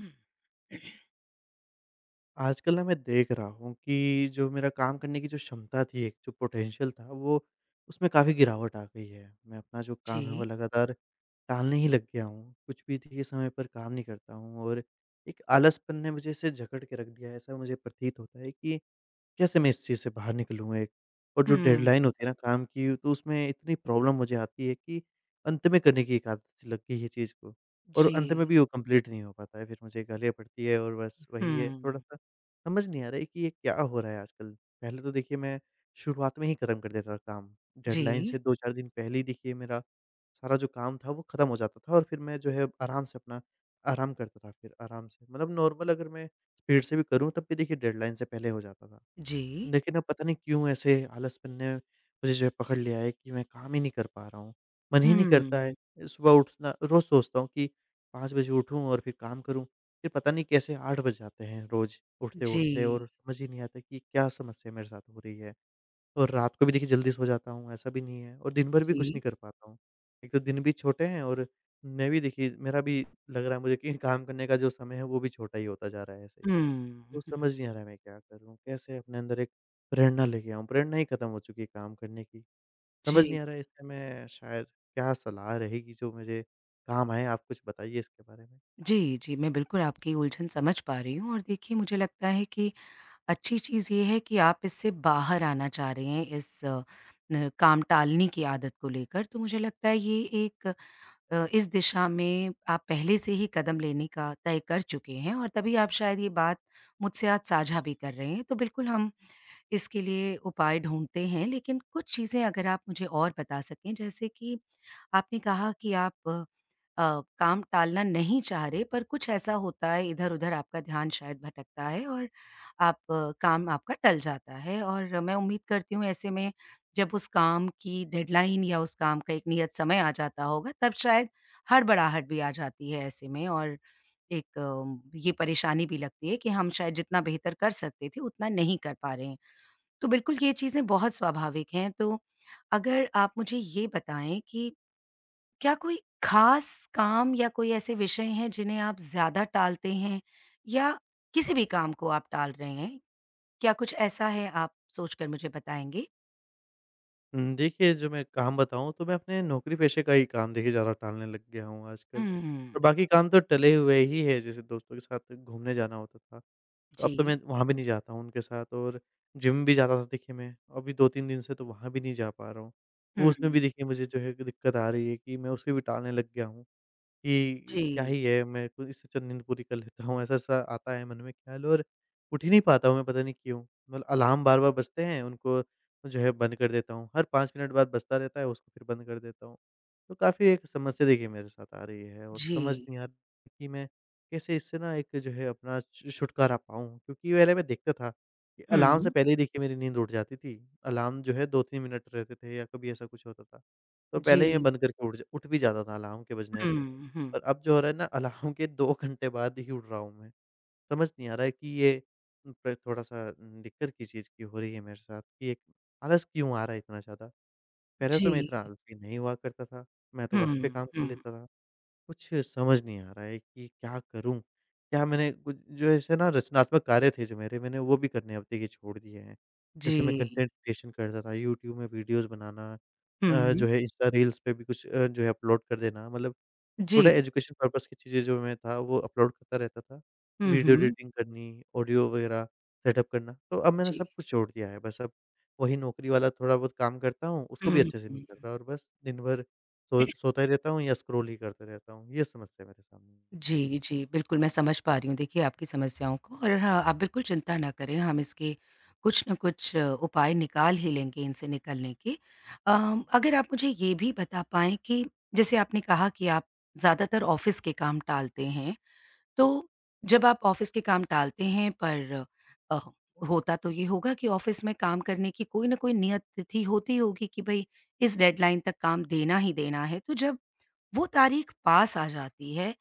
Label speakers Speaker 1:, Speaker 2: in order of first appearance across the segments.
Speaker 1: हुँ।
Speaker 2: आजकल ना मैं देख रहा हूँ कि जो मेरा काम करने की जो क्षमता थी, एक जो पोटेंशियल था वो उसमें काफ़ी गिरावट आ गई है। मैं अपना जो काम है वो
Speaker 1: जी।
Speaker 2: लगातार टालने ही लग गया हूँ। कुछ भी देखिए समय पर काम नहीं करता हूँ और एक आलसपन ने मुझे ऐसे जकड़ के रख दिया है। ऐसा मुझे प्रतीत होता है कि कैसे मैं इस चीज़ से बाहर निकलूँ एक? और जो
Speaker 1: हुँ,
Speaker 2: डेडलाइन होती है ना काम की, तो उसमें इतनी प्रॉब्लम मुझे आती है कि अंत में करने की एक आदत सी लग गई है चीज़ को, और अंत
Speaker 1: जी।
Speaker 2: में भी वो कंप्लीट नहीं हो पाता है। फिर मुझे गालियाँ पड़ती है, और बस वही है
Speaker 1: हुँ।
Speaker 2: थोड़ा-सा। समझ नहीं आ रहा है कि ये क्या हो रहा है आजकल? पहले तो देखिए मैं शुरुआत में ही खत्म कर देता था काम। डेडलाइन
Speaker 1: जी,
Speaker 2: से 2-4 दिन पहले ही देखिए मेरा सारा जो काम था वो खत्म हो जाता था, और फिर मैं जो है आराम से अपना आराम करता था फिर आराम से। मतलब नॉर्मल अगर मैं स्पीड से भी करूँ, तब भी देखिए डेडलाइन से पहले हो जाता था।
Speaker 1: जी।
Speaker 2: देखिए ना, पता नहीं क्यों ऐसे आलसपन ने मुझे जो है पकड़ लिया है कि मैं काम ही नहीं कर पा रहा हूँ। मन ही नहीं करता है।
Speaker 1: हुँ।
Speaker 2: सुबह उठना रोज़ सोचता हूँ कि 5 बजे उठूँ और फिर काम करूँ। फिर पता नहीं कैसे 8 बज जाते हैं रोज़
Speaker 1: जी,
Speaker 2: उठते-उठते, और समझ ही नहीं आता कि क्या समस्या मेरे साथ हो रही है। और रात को भी देखिए जल्दी सो जाता हूँ, ऐसा भी नहीं है, और दिन भर भी
Speaker 1: जी।
Speaker 2: कुछ नहीं कर पाता हूँ। एक तो दिन भी छोटे हैं, और मैं भी देखिए, मेरा भी लग रहा है मुझे कि काम करने का जो समय है वो भी छोटा ही होता जा रहा है ऐसे ही।
Speaker 1: हुँ,
Speaker 2: तो
Speaker 1: हुँ।
Speaker 2: समझ नहीं आ रहा है मैं क्या करूँ? कैसे अपने अंदर एक प्रेरणा लेके आऊँ? प्रेरणा ही खत्म हो चुकी है काम करने की। समझ
Speaker 1: जी।
Speaker 2: नहीं आ रहा है, इसमें मैं शायद क्या सलाह रहेगी जो मेरे काम आए? आप कुछ बताइए इसके बारे में।
Speaker 1: जी, जी, मैं बिल्कुल आपकी उलझन समझ पा रही हूँ और देखिए मुझे लगता है कि अच्छी चीज़ ये है कि आप इससे बाहर आना चाह रहे हैं न काम-टालनी की आदत को लेकर। तो मुझे लगता है ये इस दिशा में आप पहले से ही कदम लेने का तय कर चुके हैं और तभी आप शायद ये बात मुझसे आज साझा भी कर रहे हैं। तो बिल्कुल हम इसके लिए उपाय ढूँढते हैं, लेकिन कुछ चीज़ें अगर आप मुझे और बता सकें, जैसे कि आपने कहा कि आप काम टालना नहीं चाह रहे, पर कुछ ऐसा होता है, इधर-उधर आपका ध्यान शायद भटकता है और आप काम आपका टल जाता है और मैं उम्मीद करती हूँ, ऐसे में जब उस काम की डेडलाइन या उस काम का एक नियत समय आ जाता होगा, तब शायद हड़बड़ाहट भी आ जाती है ऐसे में और ये परेशानी भी लगती है कि हम शायद जितना बेहतर कर सकते थे, उतना नहीं कर पा रहे हैं। तो बिल्कुल ये चीज़ें बहुत स्वाभाविक हैं, तो अगर आप मुझे ये बताएँ कि क्या कोई ख़ास काम या कोई ऐसे विषय हैं जिन्हें आप ज़्यादा टालते हैं या किसी भी काम को आप टाल रहे हैं? क्या कुछ ऐसा है आप सोचकर मुझे बताएँगे?
Speaker 2: देखिए, जो मैं काम बताऊँ तो मैं अपने नौकरी-पेशे का ही काम देखिए ज़्यादा टालने लग गया हूँ आजकल।
Speaker 1: हुँ,
Speaker 2: और बाकी काम तो टले हुए ही है, जैसे दोस्तों के साथ घूमने जाना होता था। तो अब तो
Speaker 1: जी।
Speaker 2: मैं वहाँ भी नहीं जाता हूँ उनके साथ, और जिम भी जाता था देखिए मैं, अभी 2-3 दिन से तो वहाँ भी नहीं जा पा रहा हूँ। वो उसमें भी
Speaker 1: हुँ,
Speaker 2: देखिए मुझे जो है कि दिक्कत आ रही है कि मैं उसमें भी टालने लग गया हूँ। कि क्या
Speaker 1: जी,
Speaker 2: ही है, मैं तो इससे चंद नींद पूरी कर लेता हूँ, ऐसा-ऐसा आता है मन में ख़्याल, और उठ ही नहीं पाता हूँ मैं, पता नहीं क्यों? मतलब अलार्म बार-बार बजते हैं, उनको जो है बंद कर देता हूँ। हर 5 मिनट बाद बजता रहता है, उसको फिर बंद कर देता हूँ। तो काफ़ी एक समस्या देखिए मेरे साथ आ रही है, और
Speaker 1: जी।
Speaker 2: समझ नहीं आ रही कि मैं कैसे इससे ना एक जो है अपना छु छुटकारा पाऊँ? क्योंकि पहले मैं देखता था कि अलार्म से
Speaker 1: हुँ,
Speaker 2: पहले ही देखिए मेरी नींद उड़ जाती थी। अलार्म जो है 2-3 मिनट रहते थे, या कभी ऐसा कुछ होता था। तो पहले ही मैं
Speaker 1: जी।
Speaker 2: बंद करके उठ भी जाता था अलार्म के बजने से।
Speaker 1: हुँ, हुँ।
Speaker 2: और अब जो हो रहा है ना, अलार्म के 2 घंटे बाद ही उठ रहा हूँ मैं। समझ नहीं आ रहा है कि ये प थोड़ा-सा दिक्कत किस चीज़ की हो रही है मेरे साथ कि एक आलस क्यों आ रहा है इतना ज़्यादा? पहले तो मैं
Speaker 1: जी।
Speaker 2: इतना आलसी नहीं हुआ करता था, मैं तो वक़्त पे
Speaker 1: हुँ,
Speaker 2: काम कर
Speaker 1: हुँ।
Speaker 2: लेता था। कुछ समझ नहीं आ रहा है कि क्या करूँ? क्या मैंने कुछ जो ऐसे ना रचनात्मक कार्य थे जो मेरे, मैंने वो भी करने अब देखिए छोड़ दिए हैं। जैसे मैं
Speaker 1: जी।
Speaker 2: कंटेंट क्रिएशन करता था, यूट्यूब में वीडियोज़ बनाना, जो
Speaker 1: हुँ,
Speaker 2: है इंस्टा रील्स पे भी कुछ जो है अपलोड कर देना, मतलब
Speaker 1: जी।
Speaker 2: थोड़ा एजुकेशन पर्पज़ की चीज़ें जो मैं था वो अपलोड करता रहता था।
Speaker 1: हुँ,
Speaker 2: वीडियो
Speaker 1: हुँ।
Speaker 2: एडिटिंग करनी, ऑडियो वगैरह सेटअप करना, तो अब मैंने
Speaker 1: जी।
Speaker 2: सब कुछ छोड़ दिया है। बस अब वही नौकरी वाला थोड़ा बहुत काम करता हूँ, उसको भी
Speaker 1: हुँ,
Speaker 2: अच्छे से नहीं
Speaker 1: हुँ।
Speaker 2: कर रहा, और बस दिन भर सोता ही रहता हूँ या स्क्रॉल ही करते रहता हूँ। ये समस्या मेरे सामने आ रही
Speaker 1: जी,
Speaker 2: है।
Speaker 1: जी। बिल्कुल, मैं समझ पा रही हूँ देखिए आपकी समस्याओं को और हाँ, आप बिल्कुल चिंता ना करें, हम इसके कुछ न कुछ उपाय निकाल ही लेंगे इनसे निकलने के। अगर आप मुझे ये भी बता पाएँ कि जैसे आपने कहा कि आप ज़्यादातर ऑफ़िस के काम टालते हैं, तो जब आप ऑफ़िस के काम टालते हैं पर अ, होता तो ये होगा कि ऑफ़िस में काम करने की कोई न कोई नियत तिथि होती होगी कि भई, इस डेडलाइन तक काम देना ही देना है। तो जब वो तारीख पास आ जाती है,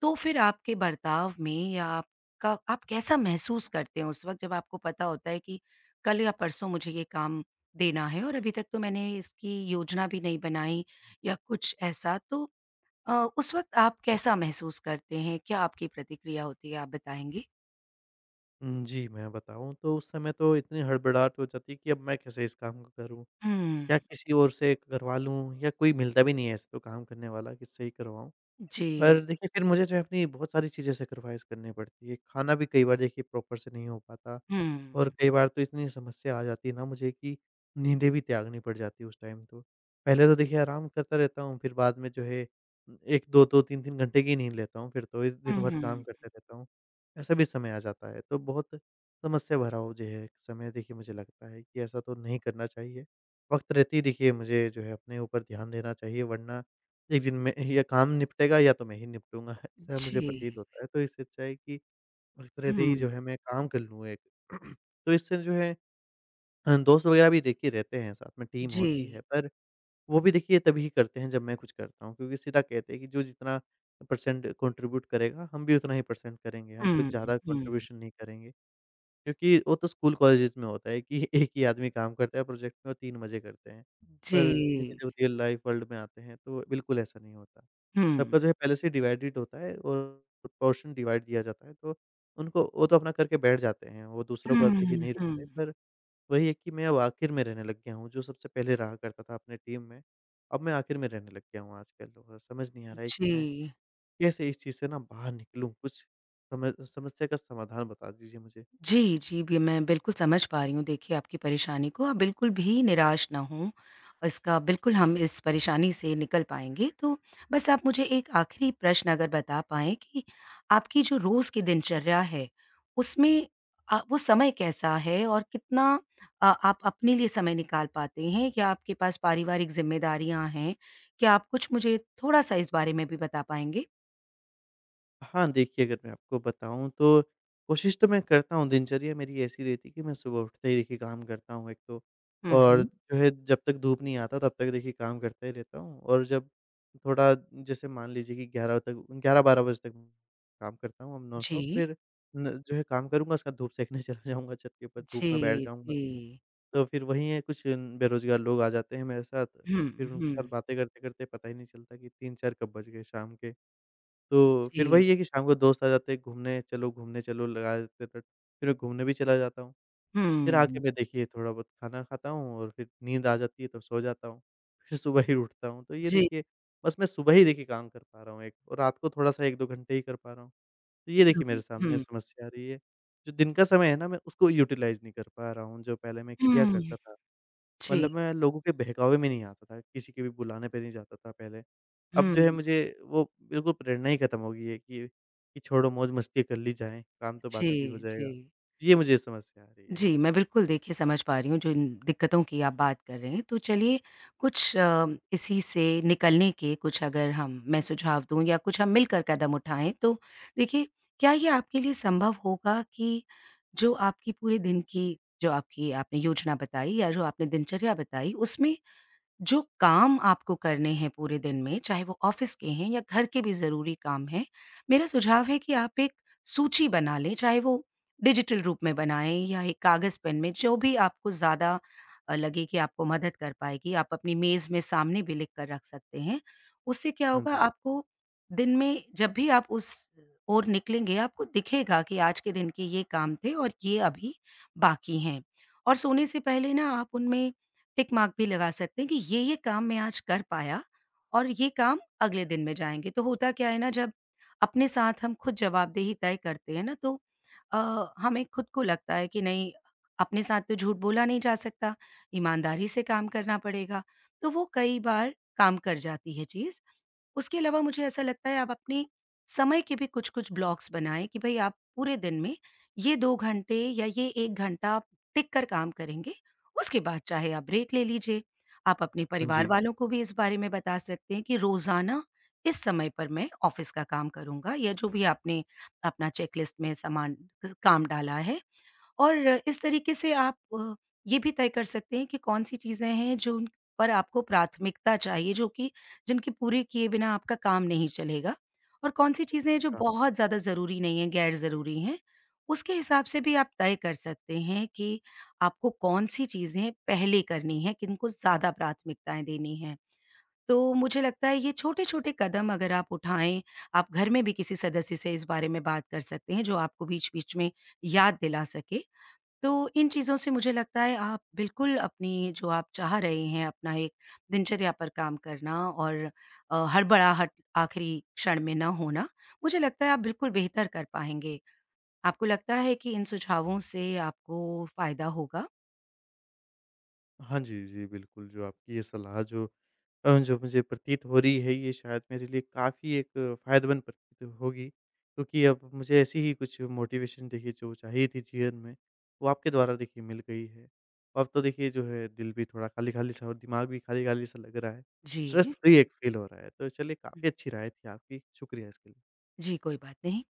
Speaker 1: तो फिर आपके बर्ताव में या आपका आप कैसा महसूस करते हैं उस वक़्त जब आपको पता होता है कि कल या परसों मुझे ये काम देना है और अभी तक तो मैंने इसकी योजना भी नहीं बनाई या कुछ ऐसा? तो अ, उस वक़्त आप कैसा महसूस करते हैं? क्या आपकी प्रतिक्रिया होती है? आप बताएँगे?
Speaker 2: जी, मैं बताऊँ तो उस समय तो इतनी हड़बड़ाहट हो जाती है कि अब मैं कैसे इस काम को करूँ?
Speaker 1: हुँ।
Speaker 2: क्या किसी और से करवा लूँ, या कोई मिलता भी नहीं है ऐसे तो काम करने वाला, किससे ही करवाऊँ?
Speaker 1: जी।
Speaker 2: पर देखिए, फिर मुझे जो है अपनी बहुत सारी चीज़ें सैक्रिफ़ाइस करनी पड़ती है। खाना भी कई बार देखिए प्रॉपर से नहीं हो पाता। और
Speaker 1: हुँ।
Speaker 2: कई बार तो इतनी समस्या आ जाती है ना मुझे कि नींदें भी त्यागनी पड़ जाती है उस टाइम तो। पहले तो देखिए आराम करता रहता हूँ, फिर बाद में जो है 1, 2, 2, 3-3 घंटे की नींद लेता हूँ, फिर तो ए दिन भर काम
Speaker 1: हुँ।
Speaker 2: करते रहता हूँ। ऐसा भी समय आ जाता है, तो बहुत समस्या भरा हो जो है समय, देखिए मुझे लगता है कि ऐसा तो नहीं करना चाहिए। वक़्त रहते ही देखिए मुझे जो है अपने ऊपर ध्यान देना चाहिए, वरना एक दिन में या काम निपटेगा या तो मैं ही निपटूँगा ऐसा
Speaker 1: जी।
Speaker 2: मुझे प्रतीत होता है। तो इससे अच्छा है कि वक़्त-रहते ही
Speaker 1: हुँ।
Speaker 2: जो है मैं काम कर लूँ एक। तो इससे जो है दोस्त वग़ैरह भी देखिए रहते हैं साथ में, टीम
Speaker 1: जी।
Speaker 2: होती है, पर वो भी देखिए तभी करते हैं जब मैं कुछ करता हूँ, क्योंकि सीधा कहते हैं कि जो जितना परसेंट कंट्रीब्यूट करेगा, हम भी उतना ही परसेंट करेंगे, हम कुछ
Speaker 1: हुँ,
Speaker 2: ज़्यादा
Speaker 1: हुँ।
Speaker 2: कंट्रीब्यूशन नहीं करेंगे। क्योंकि वो तो स्कूल कॉलेजेस में होता है कि एक ही आदमी काम करता है प्रोजेक्ट में और 3 मज़े करते हैं। पर देखिए,
Speaker 1: जी।
Speaker 2: जब रियल लाइफ़ वर्ल्ड में आते हैं तो बिल्कुल ऐसा नहीं होता। सबका
Speaker 1: हुँ।
Speaker 2: जो है पहले से डिवाइडेड होता है, और पोर्शन डिवाइड दिया जाता है, तो उनको वो तो अपना करके बैठ जाते हैं, वो दूसरों का देखिए
Speaker 1: हुँ,
Speaker 2: नहीं रुकते।
Speaker 1: हुँ।
Speaker 2: पर वही है कि मैं अब आखिर में रहने लग गया हूँ, जो सबसे पहले रहा करता था अपने टीम में, अब मैं आखिर में रहने लग गया हूँ आजकल, और समझ नहीं आ रहा है कि
Speaker 1: जी।
Speaker 2: मैं कैसे इस चीज़ से ना बाहर निकलूँ? कुछ सम समस्या का समाधान बता दीजिए मुझे।
Speaker 1: जी, जी, बि मैं बिल्कुल समझ पा रही हूँ देखिए आपकी परेशानी को। आप बिल्कुल भी निराश ना हों, इसका बिल्कुल हम इस परेशानी से निकल पाएँगे। तो बस आप मुझे एक आखिरी प्रश्न अगर बता पाएँ कि आपकी जो रोज़ की दिनचर्या है, उसमें वो समय कैसा है और कितना आप अपने लिए समय निकाल पाते हैं? क्या आपके पास पारिवारिक ज़िम्मेदारियाँ हैं? क्या आप कुछ मुझे थोड़ा-सा इस बारे में भी बता पाएँगे?
Speaker 2: हाँ, देखिए अगर मैं आपको बताऊँ तो कोशिश तो मैं करता हूँ। दिनचर्या मेरी ऐसी रहती है कि मैं सुबह उठते ही देखिए काम करता हूँ एक तो,
Speaker 1: हुँ,
Speaker 2: और
Speaker 1: हुँ।
Speaker 2: जो है जब तक धूप नहीं आता तब तक देखिए काम करता ही रहता हूँ। और जब थोड़ा, जैसे मान लीजिए कि 11 तक, 11-12 बजे तक काम करता हूँ अब नॉनस्टॉप,
Speaker 1: जी।
Speaker 2: फिर न जो है काम करूँगा उसके बाद धूप सेकने चला जाऊँगा, छत के ऊपर धूप में बैठ
Speaker 1: जी,
Speaker 2: जाऊँगा।
Speaker 1: जी।
Speaker 2: तो फिर वही है, कुछ बेरोज़गार लोग आ जाते हैं मेरे साथ,
Speaker 1: हुँ,
Speaker 2: फिर उनके साथ
Speaker 1: हुँ।
Speaker 2: बातें करते-करते पता ही नहीं चलता कि 3-4 कब बज गए शाम के। तो फिर
Speaker 1: जी,
Speaker 2: वही है कि शाम को दोस्त आ जाते हैं, घूमने चलो लगा देते हैं, बट फिर मैं घूमने भी चला जाता हूँ। फिर आके
Speaker 1: हुँ,
Speaker 2: मैं देखिए थोड़ा बहुत खाना खाता हूँ, और फिर नींद आ जाती है तो सो जाता हूँ। फिर सुबह ही उठता हूँ, तो ये
Speaker 1: जी,
Speaker 2: देखिए बस मैं सुबह ही देखिए काम कर पा रहा हूँ एक, और रात को थोड़ा-सा 1-2 घंटे ही कर पा रहा हूँ। तो ये देखिए
Speaker 1: हुँ,
Speaker 2: मेरे सामने
Speaker 1: हुँ,
Speaker 2: समस्या आ रही है। जो दिन का समय है ना, मैं उसको यूटिलाइज़ नहीं कर पा रहा हूँ, जो पहले मैं किया
Speaker 1: हुँ,
Speaker 2: करता था।
Speaker 1: जी,
Speaker 2: मतलब मैं लोगों के बहकावे में नहीं आता था, किसी के भी बुलाने पे नहीं जाता था पहले। अब जो है
Speaker 1: हुँ,
Speaker 2: मुझे वो बिल्कुल प्रेरणा ही खत्म हो गई है कि छोड़ो, मौज-मस्ती कर ली जाए, काम तो बाद
Speaker 1: जी,
Speaker 2: में भी हो जाएगा।
Speaker 1: जी।
Speaker 2: ये मुझे समस्या आ रही है।
Speaker 1: जी, मैं बिल्कुल देखिए समझ पा रही हूँ जिन दिक्कतों की आप बात कर रहे हैं। तो चलिए कुछ इसी से निकलने के कुछ अगर हम मैं सुझाव दूँ या कुछ हम मिलकर कदम उठाएँ तो देखिए क्या ये आपके लिए संभव होगा कि जो आपकी पूरे दिन की जो आपकी आपने योजना बताई या जो आपने दिनचर्या बताई उसमें जो काम आपको करने हैं पूरे दिन में, चाहे वो ऑफ़िस के हैं या घर के भी ज़रूरी काम हैं, मेरा सुझाव है कि आप एक सूची बना लें, चाहे वो डिजिटल रूप में बनाएँ या एक कागज़ पेन में, जो भी आपको ज़्यादा लगे कि आपको मदद कर पाएगी, आप अपनी मेज़ में सामने भी लिख कर रख सकते हैं। उससे क्या
Speaker 2: हाँ
Speaker 1: होगा
Speaker 2: जी।
Speaker 1: आपको दिन में जब भी आप उस ओर निकलेंगे, आपको दिखेगा कि आज के दिन के ये काम थे और ये अभी बाकी हैं। और सोने से पहले ना आप उनमें टिक मार्क भी लगा सकते हैं कि ये काम मैं आज कर पाया और ये काम अगले दिन में जाएँगे। तो होता क्या है ना जब अपने साथ हम खुद जवाबदेही तय करते हैं ना तो हमें खुद को लगता है कि नहीं अपने साथ तो झूठ बोला नहीं जा सकता, ईमानदारी से काम करना पड़ेगा। तो वो कई बार काम कर जाती है चीज़। उसके अलावा मुझे ऐसा लगता है आप अपने समय के भी कुछ-कुछ ब्लॉक्स बनाएँ कि भई आप पूरे दिन में ये 2 घंटे या ये 1 घंटा आप टिक कर काम करेंगे उसके बाद चाहे आप ब्रेक ले लीजिए। आप अपने
Speaker 2: हाँ
Speaker 1: परिवार
Speaker 2: जी।
Speaker 1: वालों को भी इस बारे में बता सकते हैं कि रोज़ाना इस समय पर मैं ऑफ़िस का काम करूँगा या जो भी आपने अपना चेकलिस्ट में सामान काम डाला है और इस तरीके से आप ये भी तय कर सकते हैं कि कौन-सी चीज़ें हैं जो उन पर आपको प्राथमिकता चाहिए जो कि जिनके पूरे किए बिना आपका काम नहीं चलेगा और कौन-सी चीज़ें हैं जो
Speaker 2: हाँ।
Speaker 1: बहुत ज़्यादा ज़रूरी नहीं है, गैर ज़रूरी हैं। उसके हिसाब से भी आप तय कर सकते हैं कि आपको कौन-सी चीज़ें पहले करनी है, किनको ज़्यादा प्राथमिकताएँ देनी हैं। तो मुझे लगता है ये छोटे-छोटे कदम अगर आप उठाएँ, आप घर में भी किसी सदस्य से इस बारे में बात कर सकते हैं जो आपको बीच-बीच में याद दिला सके तो इन चीज़ों से मुझे लगता है आप बिल्कुल अपनी जो आप चाह रहे हैं अपना एक दिनचर्या पर काम करना और हड़बड़ाहट आखिरी क्षण में ना होना, मुझे लगता है आप बिल्कुल बेहतर कर पाएँगे। आपको लगता है कि इन सुझावों से आपको फ़ायदा होगा?
Speaker 2: हाँ जी, जी बिल्कुल, जो आपकी ये सलाह जो जो मुझे प्रतीत हो रही है, ये शायद मेरे लिए काफ़ी एक फ़ायदेमंद प्रतीत होगी, क्योंकि अब मुझे ऐसी ही कुछ मोटिवेशन देखिए जो चाहिए थी जीवन में, वो आपके द्वारा देखिए मिल गई है। अब तो देखिए जो है दिल भी थोड़ा खाली-खाली सा और दिमाग भी खाली-खाली सा लग रहा है, स्ट्रेस
Speaker 1: जी।
Speaker 2: फ्री एक फ़ील हो रहा है। तो चलिए, काफ़ी अच्छी राय थी आपकी, शुक्रिया इसके लिए।
Speaker 1: जी, कोई बात नहीं।